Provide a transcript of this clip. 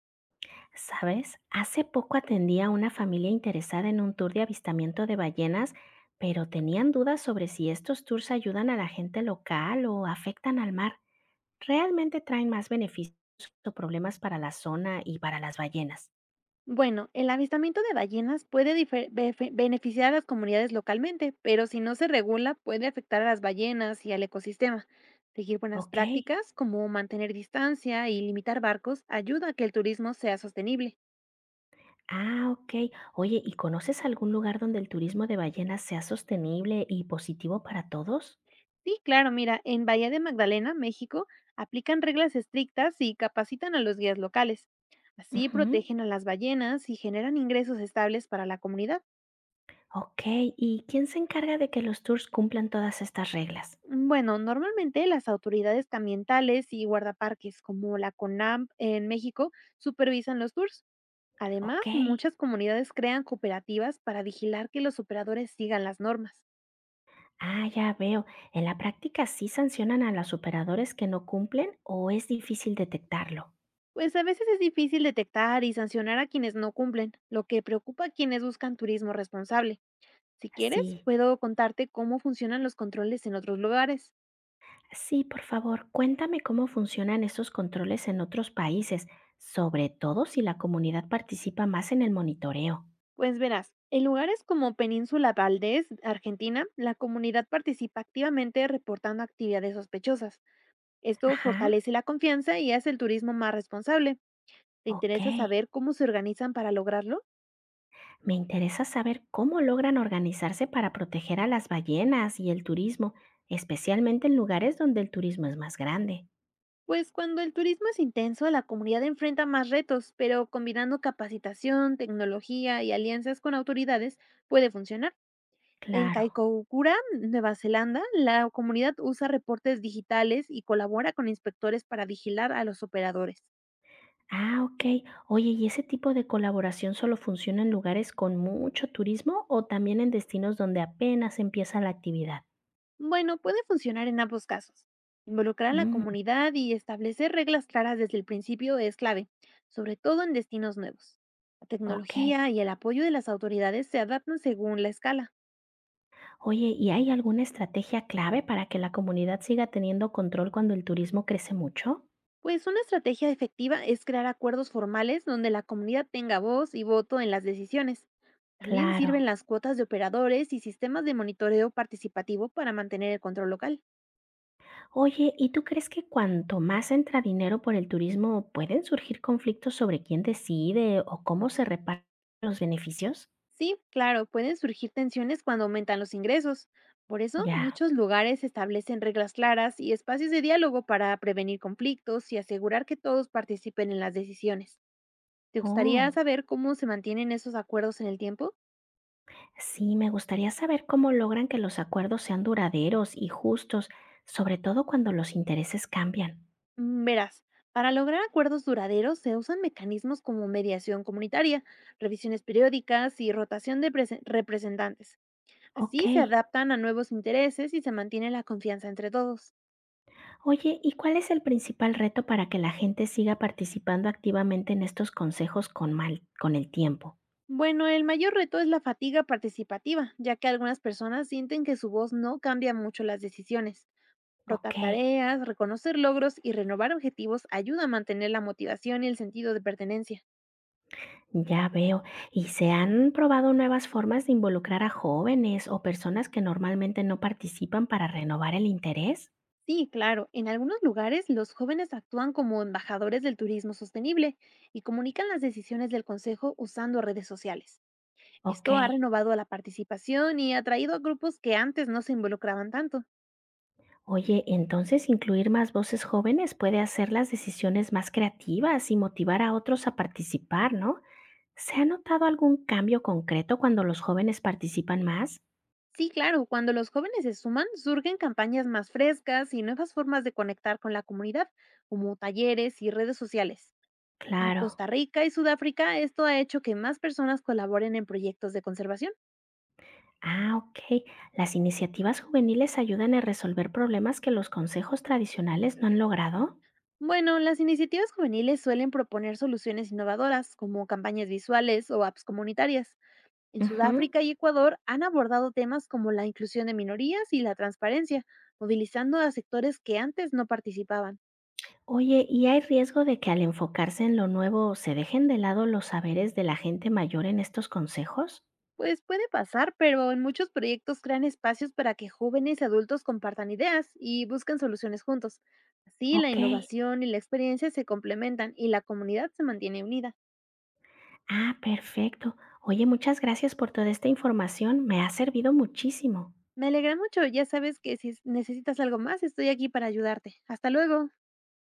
¿Sabes? Hace poco atendí a una familia interesada en un tour de avistamiento de ballenas, pero tenían dudas sobre si estos tours ayudan a la gente local o afectan al mar. ¿Realmente traen más beneficios o problemas para la zona y para las ballenas? Bueno, el avistamiento de ballenas puede beneficiar a las comunidades localmente, pero si no se regula puede afectar a las ballenas y al ecosistema. Seguir buenas Ok. prácticas como mantener distancia y limitar barcos ayuda a que el turismo sea sostenible. Ah, ok. Oye, ¿y conoces algún lugar donde el turismo de ballenas sea sostenible y positivo para todos? Sí, claro, mira, en Bahía de Magdalena, México, aplican reglas estrictas y capacitan a los guías locales. Así Ujú. protegen a las ballenas y generan ingresos estables para la comunidad. Ok. ¿Y quién se encarga de que los tours cumplan todas estas reglas? Bueno, normalmente las autoridades ambientales y guardaparques como la CONAMP en México supervisan los tours. Además, Ok. muchas comunidades crean cooperativas para vigilar que los operadores sigan las normas. Ah, ya veo. ¿En la práctica sí sancionan a los operadores que no cumplen o es difícil detectarlo? Pues a veces es difícil detectar y sancionar a quienes no cumplen, lo que preocupa a quienes buscan turismo responsable. Si quieres, Sí, puedo contarte cómo funcionan los controles en otros lugares. sí, por favor, cuéntame cómo funcionan esos controles en otros países, sobre todo si la comunidad participa más en el monitoreo. Pues verás, en lugares como Península Valdés, Argentina, la comunidad participa activamente reportando actividades sospechosas. Esto Ajá, fortalece la confianza y hace el turismo más responsable. ¿Te ok. interesa saber cómo se organizan para lograrlo? Me interesa saber cómo logran organizarse para proteger a las ballenas y el turismo, especialmente en lugares donde el turismo es más grande. Pues cuando el turismo es intenso, la comunidad enfrenta más retos, pero combinando capacitación, tecnología y alianzas con autoridades puede funcionar. En Claro. Kaikoukura, Nueva Zelanda, la comunidad usa reportes digitales y colabora con inspectores para vigilar a los operadores. Ah, okey. Oye, ¿y ese tipo de colaboración solo funciona en lugares con mucho turismo o también en destinos donde apenas empieza la actividad? Bueno, puede funcionar en ambos casos. Involucrar a la Mm, comunidad y establecer reglas claras desde el principio es clave, sobre todo en destinos nuevos. La okey. tecnología y el apoyo de las autoridades se adaptan según la escala. Oye, ¿y hay alguna estrategia clave para que la comunidad siga teniendo control cuando el turismo crece mucho? Pues una estrategia efectiva es crear acuerdos formales donde la comunidad tenga voz y voto en las decisiones. También sirven Claro. las cuotas de operadores y sistemas de monitoreo participativo para mantener el control local. Oye, ¿y tú crees que cuanto más entra dinero por el turismo, pueden surgir conflictos sobre quién decide o cómo se reparten los beneficios? Sí, claro, pueden surgir tensiones cuando aumentan los ingresos. Por eso, Ya. muchos lugares establecen reglas claras y espacios de diálogo para prevenir conflictos y asegurar que todos participen en las decisiones. ¿Te gustaría Oh. saber cómo se mantienen esos acuerdos en el tiempo? Sí, me gustaría saber cómo logran que los acuerdos sean duraderos y justos, sobre todo cuando los intereses cambian. Verás, para lograr acuerdos duraderos se usan mecanismos como mediación comunitaria, revisiones periódicas y rotación de representantes. Ok. Así se adaptan a nuevos intereses y se mantiene la confianza entre todos. Oye, ¿y cuál es el principal reto para que la gente siga participando activamente en estos consejos con el tiempo? Bueno, el mayor reto es la fatiga participativa, ya que algunas personas sienten que su voz no cambia mucho las decisiones. Ok, Rotar tareas, reconocer logros y renovar objetivos ayuda a mantener la motivación y el sentido de pertenencia. ya veo. ¿Y se han probado nuevas formas de involucrar a jóvenes o personas que normalmente no participan para renovar el interés? Sí, claro, en algunos lugares los jóvenes actúan como embajadores del turismo sostenible y comunican las decisiones del consejo usando redes sociales. Ok. Esto ha renovado la participación y ha atraído a grupos que antes no se involucraban tanto. Oye, entonces incluir más voces jóvenes puede hacer las decisiones más creativas y motivar a otros a participar, ¿no? ¿Se ha notado algún cambio concreto cuando los jóvenes participan más? Sí, claro, cuando los jóvenes se suman, surgen campañas más frescas y nuevas formas de conectar con la comunidad, como talleres y redes sociales. En Claro. Costa Rica y Sudáfrica, esto ha hecho que más personas colaboren en proyectos de conservación. Ah, ok. ¿Las iniciativas juveniles ayudan a resolver problemas que los consejos tradicionales no han logrado? Bueno, las iniciativas juveniles suelen proponer soluciones innovadoras, como campañas visuales o apps comunitarias. En Ujú. Sudáfrica y Ecuador han abordado temas como la inclusión de minorías y la transparencia, movilizando a sectores que antes no participaban. Oye, ¿y hay riesgo de que al enfocarse en lo nuevo se dejen de lado los saberes de la gente mayor en estos consejos? Pues puede pasar, pero en muchos proyectos crean espacios para que jóvenes y adultos compartan ideas y busquen soluciones juntos. Así la Ok. innovación y la experiencia se complementan y la comunidad se mantiene unida. Ah, perfecto. Oye, muchas gracias por toda esta información. Me ha servido muchísimo. Me alegra mucho, ya sabes que si necesitas algo más, estoy aquí para ayudarte. Hasta luego.